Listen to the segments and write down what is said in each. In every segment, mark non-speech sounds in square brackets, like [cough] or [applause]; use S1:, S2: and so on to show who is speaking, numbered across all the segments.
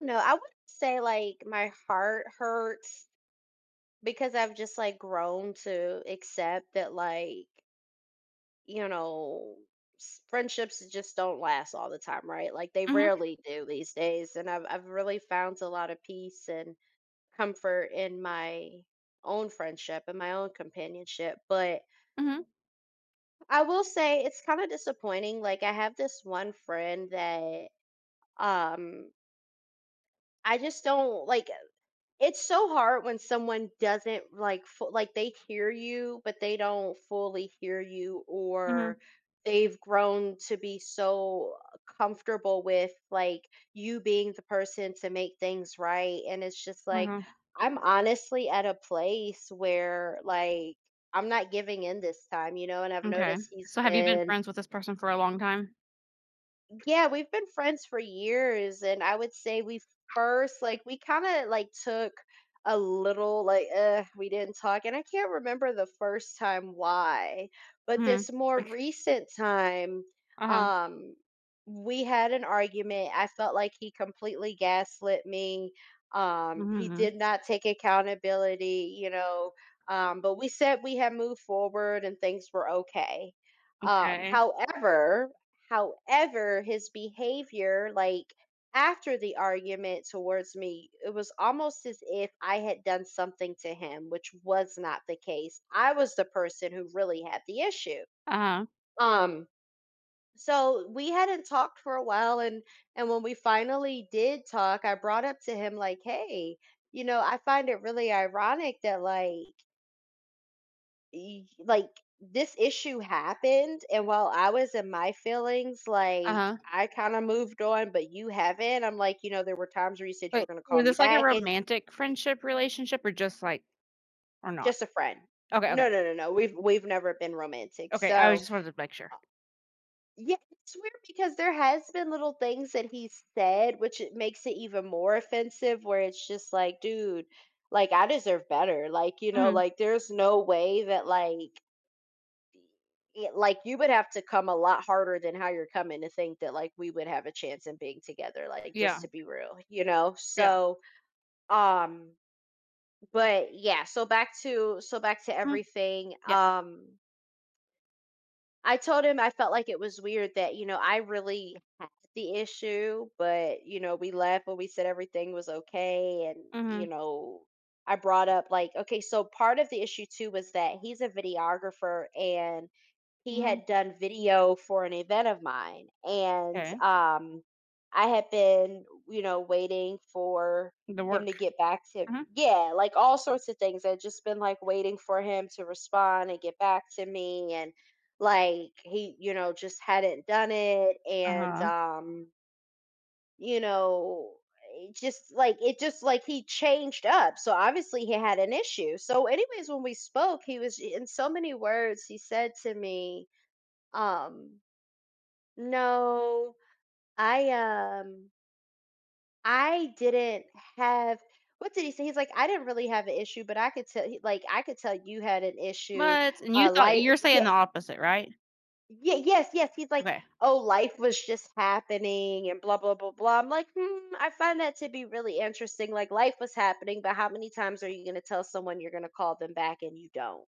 S1: No, I wouldn't say like my heart hurts because I've just like grown to accept that like, you know, friendships just don't last all the time, right? Like they
S2: Mhm,
S1: rarely do these days. And I've really found a lot of peace and comfort in my own friendship and my own companionship. But
S2: mhm,
S1: I will say it's kind of disappointing. Like I have this one friend that um I just don't like. It's so hard when someone doesn't like like they hear you, but they don't fully hear you,
S2: mhm,
S1: or they've grown to be so comfortable with like you being the person to make things right. And it's just like
S2: mhm,
S1: I'm honestly at a place where like I'm not giving in this time, you know, and I've
S2: okay.
S1: noticed he's
S2: So have you been
S1: been.
S2: friends with this person for a long time?
S1: Yeah, we've been friends for years, and I would say we first like we kind of like took a little like we didn't talk and I can't remember the first time why, but
S2: Mhm,
S1: this more
S2: like
S1: recent time
S2: uh-huh,
S1: um we had an argument. I felt like he completely gaslit me. He
S2: mhm,
S1: did not take accountability, you know, but we said we had moved forward and things were okay. Um
S2: okay,
S1: however, However, his behavior, like after the argument towards me, it was almost as if I had done something to him, which was not the case. I was the person who really had the issue.
S2: uh-huh,
S1: Um, so we hadn't talked for a while, and when we finally did talk, I brought up to him like, "Hey, you know, I find it really ironic that like like this issue happened, and while I was in my feelings like
S2: uh-huh.
S1: I kind of moved on, but you haven't. I'm like, you know, there were times where you said you
S2: Wait,
S1: were going to call
S2: was
S1: me
S2: this like a
S1: back and..."
S2: romantic friendship relationship or just like or not?
S1: Just a friend.
S2: Okay, okay,
S1: No, we've never been romantic,
S2: okay, I was
S1: so
S2: just wanted to make sure.
S1: uh, yeah. It's weird because there has been little things that he said which it makes it even more offensive, where it's just like, dude, like I deserve better, like, you know,
S2: Mhm,
S1: like there's no way that like like you would have to come a lot harder than how you're coming to think that like we would have a chance in being together, like
S2: yeah,
S1: just to be real, you know,
S2: yeah,
S1: so um but yeah, so back to
S2: mhm,
S1: everything.
S2: yeah,
S1: I told him I felt like it was weird that, you know, I really had the issue, but you know, we left when we said everything was okay. And you
S2: mhm,
S1: know, I brought up like, okay, so part of the issue too was that he's a videographer, and he
S2: mhm.
S1: had done video for an event of mine, and
S2: Okay.
S1: I had been, you know, waiting for
S2: The
S1: him
S2: work,
S1: to get back to.
S2: mhm,
S1: Yeah, like all sorts of things, I'd just been like waiting for him to respond and get back to me, and like he, you know, just hadn't done it. And
S2: uh-huh,
S1: you know, it just like he changed up, so obviously he had an issue. So anyways, when we spoke, he was, in so many words, he said to me, um, no, I um I didn't have... What did he say? He's like, I didn't really have an issue, but I could tell like I could tell you had an issue.
S2: but and you thought
S1: Life
S2: you're saying
S1: Yeah,
S2: the opposite, right?
S1: yeah, yes, yes. He's like,
S2: Okay,
S1: oh, life was just happening and blah blah blah blah. I'm like, hmm, I find that to be really interesting. Like life was happening, but how many times are you gonna tell someone you're gonna call them back and you don't?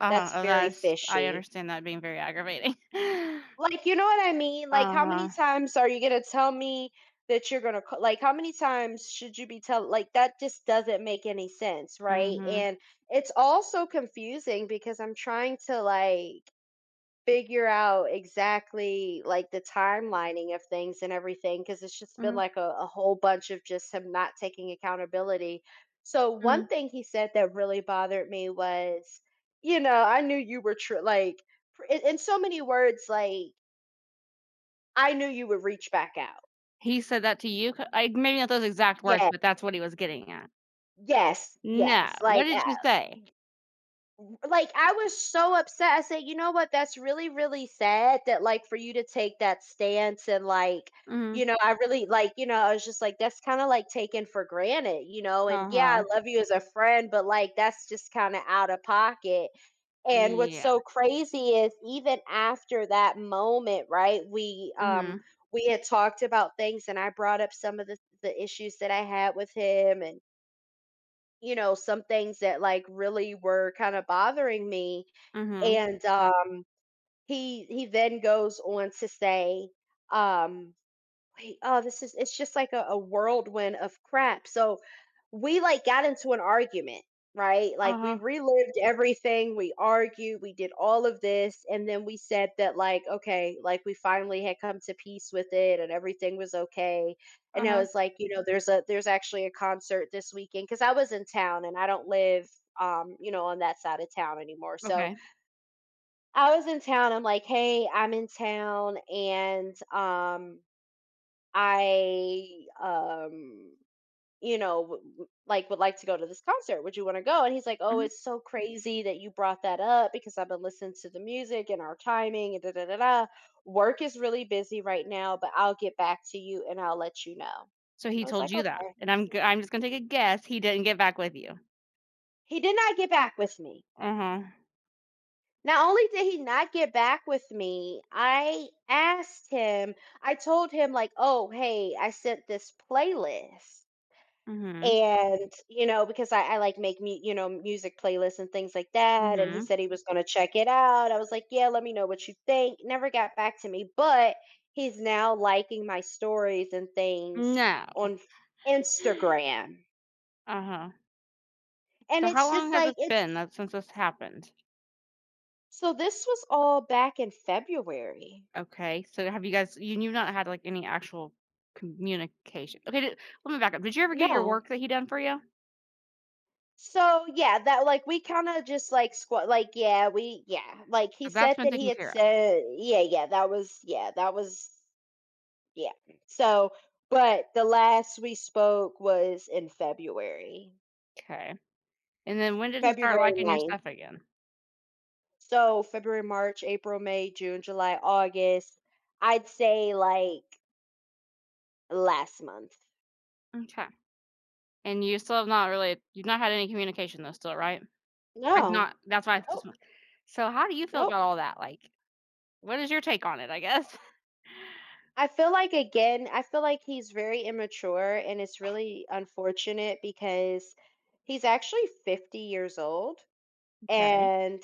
S2: uh-huh,
S1: That's
S2: oh,
S1: very
S2: that's I
S1: fishy.
S2: understand that being very aggravating. [laughs]
S1: Like, you know what I mean? Like, how
S2: Uh-huh,
S1: many times are you gonna tell me that you're gonna c like, how many times should you be tell like, that just doesn't make any sense, right?
S2: mhm.
S1: And it's also confusing because I'm trying to, like, figure out exactly, like, the timelining of things and everything, because it's just been,
S2: Mhm,
S1: like, a whole bunch of just him not taking accountability. So,
S2: mhm.
S1: one thing he said that really bothered me was, you know, "I knew you were true." Like, pr in so many words, like, I knew you would reach back out.
S2: He said that to you? Ca I maybe not those exact words,
S1: Yeah.
S2: but that's what he was getting at.
S1: Yes,
S2: No,
S1: yes.
S2: what did you say?
S1: Like, I was so upset. I said, "You know what? That's really, really sad that, like, for you to take that stance, and, like,
S2: Mhm,
S1: you know, I really like, you know, I was just like, that's kind of like taken for granted, you know, and yeah,
S2: uh-huh,
S1: I love you as a friend, but like, that's just kind of out of pocket." And what's
S2: yeah,
S1: so crazy is even after that moment, right?
S2: mhm,
S1: We had talked about things, and I brought up some of the issues that I had with him, and you know, some things that like really were kind of bothering me.
S2: mhm,
S1: And, he then goes on to say, um, wait, oh, this is it's just like a whirlwind of crap. So we like got into an argument, right? Like we
S2: uh-huh,
S1: relived everything, we argued, we did all of this, and then we said that like, okay, like we finally had come to peace with it and everything was okay. And I
S2: uh-huh,
S1: was like, you know, there's actually a concert this weekend, because I was in town and I don't live you know, on that side of town anymore. So
S2: okay,
S1: I was in town. I'm like, "Hey, I'm in town, and I you know, like would like to go to this concert. Would you want to go?" And he's like, "Oh,
S2: mhm.
S1: it's so crazy that you brought that up, because I've been listening to the music and our timing and da da da da. Work is really busy right now, but I'll get back to you and I'll let you know."
S2: So he
S1: I was
S2: told
S1: like,
S2: you that,
S1: "Okay."
S2: and I'm just gonna take a guess he didn't get back with you.
S1: He did not get back with me.
S2: Uh-huh,
S1: Not only did he not get back with me, I asked him, I told him, like, oh, hey, I sent this playlist.
S2: mhm,
S1: And, you know, because I like make me, you know, music playlists and things like that. And he
S2: mhm.
S1: said he was going to check it out. I was like, yeah, let me know what you think. Never got back to me, but he's now liking my stories and things
S2: No,
S1: on
S2: [gasps]
S1: Instagram.
S2: uh-huh.
S1: And
S2: So how
S1: it's
S2: long
S1: just
S2: has
S1: like,
S2: this been
S1: it's...
S2: that since this happened?
S1: So this was all back in February.
S2: Okay, so have you guys you've not had, like, any actual communication. Okay, d let me back up. Did you ever get your
S1: No.
S2: work that he done for you?
S1: So yeah, that like we kind of just like squat, like yeah, we yeah, like he
S2: So that's
S1: said
S2: been
S1: that he
S2: taken
S1: had
S2: care of.
S1: said yeah, yeah, that was yeah, that was yeah. So but the last we spoke was in February.
S2: Okay. And then when did he start
S1: February
S2: liking your
S1: ninth
S2: stuff again?
S1: So February, March, April, May, June, July, August. I'd say like last month.
S2: Okay. And you still have not really you've not had any communication though still, right? Like
S1: No.
S2: not that's why it's just
S1: Nope.
S2: so how do you feel
S1: Nope.
S2: about all that? Like, what is your take on it, I guess? [laughs]
S1: I feel like, again, I feel like he's very immature and it's really unfortunate because he's actually 50 years old.
S2: Okay.
S1: And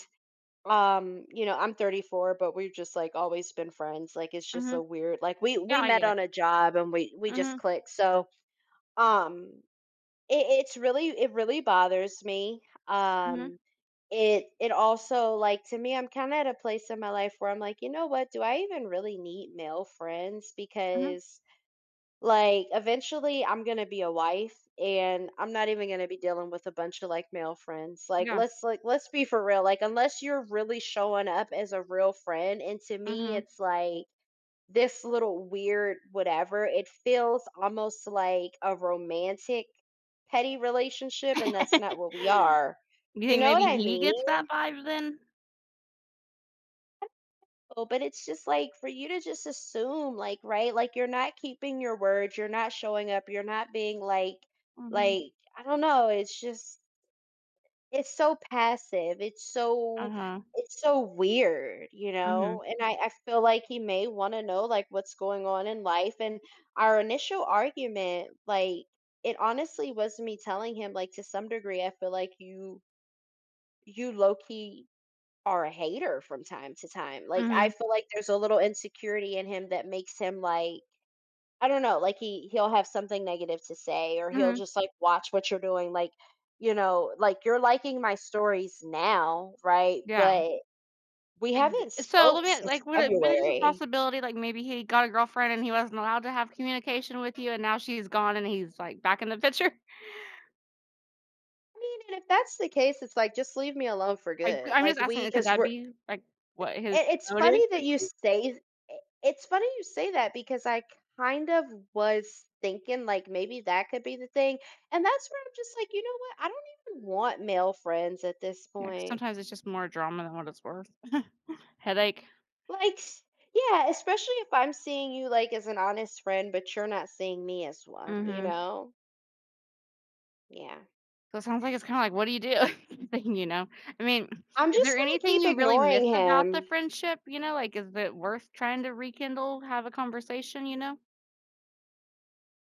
S1: you know, I'm 34, but we've just like always been friends. Like it's just a
S2: Mhm.
S1: weird, like
S2: Yeah,
S1: we
S2: I
S1: met
S2: get it.
S1: on a job and we just
S2: Mhm.
S1: clicked, so um it's really it really bothers me. um
S2: Mhm.
S1: it it also like, to me, I'm kind of at a place in my life where I'm like, you know, what do I even really need male friends?
S2: Mhm.
S1: Because like, eventually, I'm gonna be a wife, and I'm not even gonna be dealing with a bunch of like male friends. Like,
S2: Yeah.
S1: let's be for real. Like, unless you're really showing up as a real friend, and to me,
S2: Mhm.
S1: it's like this little weird whatever. It feels almost like a romantic petty relationship, and that's not
S2: [laughs]
S1: what we are.
S2: You
S1: You
S2: think
S1: know
S2: maybe
S1: what I
S2: he
S1: mean?
S2: gets that vibe then?
S1: Oh, but it's just like for you to just assume like, right, like you're not keeping your word, you're not showing up, you're not being like...
S2: Mhm.
S1: like I don't know, it's just it's so passive,
S2: Uh-huh.
S1: it's so weird, you
S2: Mhm.
S1: know? And I feel like he may want to know like what's going on in life. And our initial argument, like, it honestly was me telling him like, to some degree I feel like you low key are a hater from time to time. Like I
S2: Mhm.
S1: feel like there's a little insecurity in him that makes him like, I don't know, like he'll have something negative to say, or
S2: Mhm.
S1: he'll
S2: Mhm.
S1: just like watch what you're doing, like, you know, like you're liking my stories now, right?
S2: Yeah.
S1: But we
S2: Exa
S1: haven't
S2: so
S1: spoke
S2: let me
S1: since
S2: like, would it be just a
S1: February.
S2: possibility, like, maybe he got a girlfriend and he wasn't allowed to have communication with you, and now she's gone and he's, like, back in the picture? [laughs]
S1: I mean, and if that's the case, it's like just leave me alone for
S2: Like,
S1: good.
S2: I'm just
S1: Like we
S2: asking, could
S1: cuz
S2: that
S1: we're...
S2: be, like, what his
S1: It's
S2: motive?
S1: funny that you say I it's funny you say that because I kind of was thinking, like, maybe that could be the thing, and that's where I'm just like, "You know what? I don't even want male friends at this
S2: Yeah, 'cause
S1: point."
S2: sometimes it's just more drama than what it's worth. Headache.
S1: Like s- yeah, especially if I'm seeing you, like, as an honest friend, but you're not seeing me as one, you
S2: Mhm.
S1: know? Yeah.
S2: So it sounds like it's kinda like, what do you do? [laughs] Thing, you know? I mean,
S1: I'm
S2: is there
S1: just gonna
S2: anything
S1: keep
S2: you really miss
S1: ignoring
S2: about the
S1: him.
S2: friendship, you know? Like, is it worth trying to rekindle, have a conversation, you know?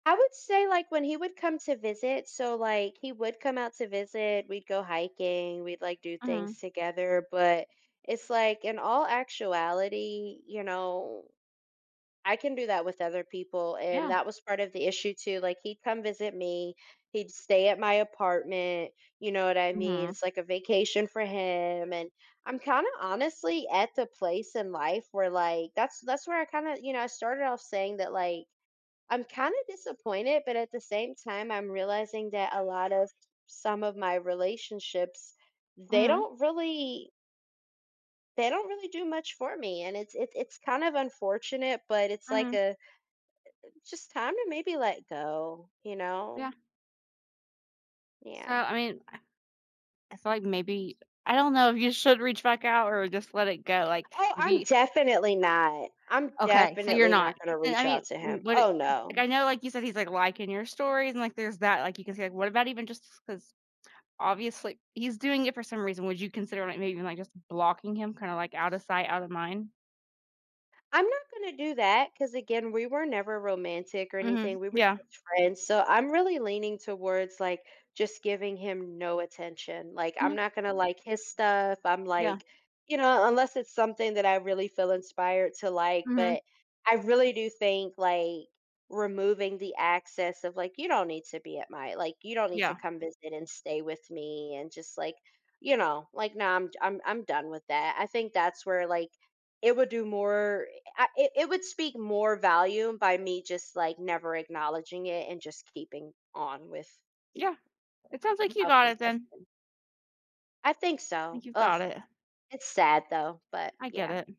S1: I would say, like, when he would come to visit, so, like, he would come out to visit, we'd go hiking, we'd, like, do things
S2: Mhm.
S1: together, but it's like, in all actuality, you know, I can do that with other people, and
S2: Yeah.
S1: that was part of the issue too, like, he'd come visit me, he'd stay at my apartment, you know what I mean?
S2: Mhm.
S1: It's like a vacation for him, and I'm kind of honestly at the place in life where, like, that's where I kind of, you know, I started off saying that, like, I'm kind of disappointed, but at the same time, I'm realizing that a lot of some of my relationships, they
S2: Mhm.
S1: don't really they don't really do much for me, and it's kind of unfortunate, but it's like
S2: Mhm.
S1: a it's just time to maybe let go, you know?
S2: Yeah. So,
S1: Yeah.
S2: I mean, I feel like maybe I don't know if you should reach back out or just let it go, like,
S1: Oh, I'm
S2: maybe
S1: definitely not. I'm
S2: okay, so you're
S1: definitely
S2: not.
S1: not going to
S2: And I
S1: reach
S2: mean,
S1: out to him.
S2: what it
S1: Oh
S2: 'cause, like, I
S1: no.
S2: know, like you said, he's, like, liking your stories and, like, there's that, like, you can say, like, what about even just because obviously he's doing it for some reason. Would you consider, like, maybe even, like, just blocking him kinda, like, out of sight, out of mind?
S1: I'm not gonna do that because again, we were never romantic or
S2: Mhm.
S1: anything. We were
S2: Yeah.
S1: just friends. So I'm really leaning towards like just giving him no attention. Like I'm
S2: Mhm.
S1: not gonna like his stuff. I'm
S2: Yeah.
S1: like, you know, unless it's something that I really feel inspired to like.
S2: Mhm.
S1: But I really do think like removing the access of like you don't need to be at my like you don't need to
S2: Yeah.
S1: come visit and stay with me and just like, you know, like no, I'm done with that. I think that's where like it would do more. It would speak more volume by me just like never acknowledging it and just keeping on with
S2: Yeah. It sounds like you
S1: how
S2: got
S1: things
S2: it
S1: have
S2: then.
S1: been. I think
S2: I
S1: so.
S2: think you've
S1: Ugh,
S2: got it.
S1: it's sad though, but
S2: I get
S1: yeah.
S2: it.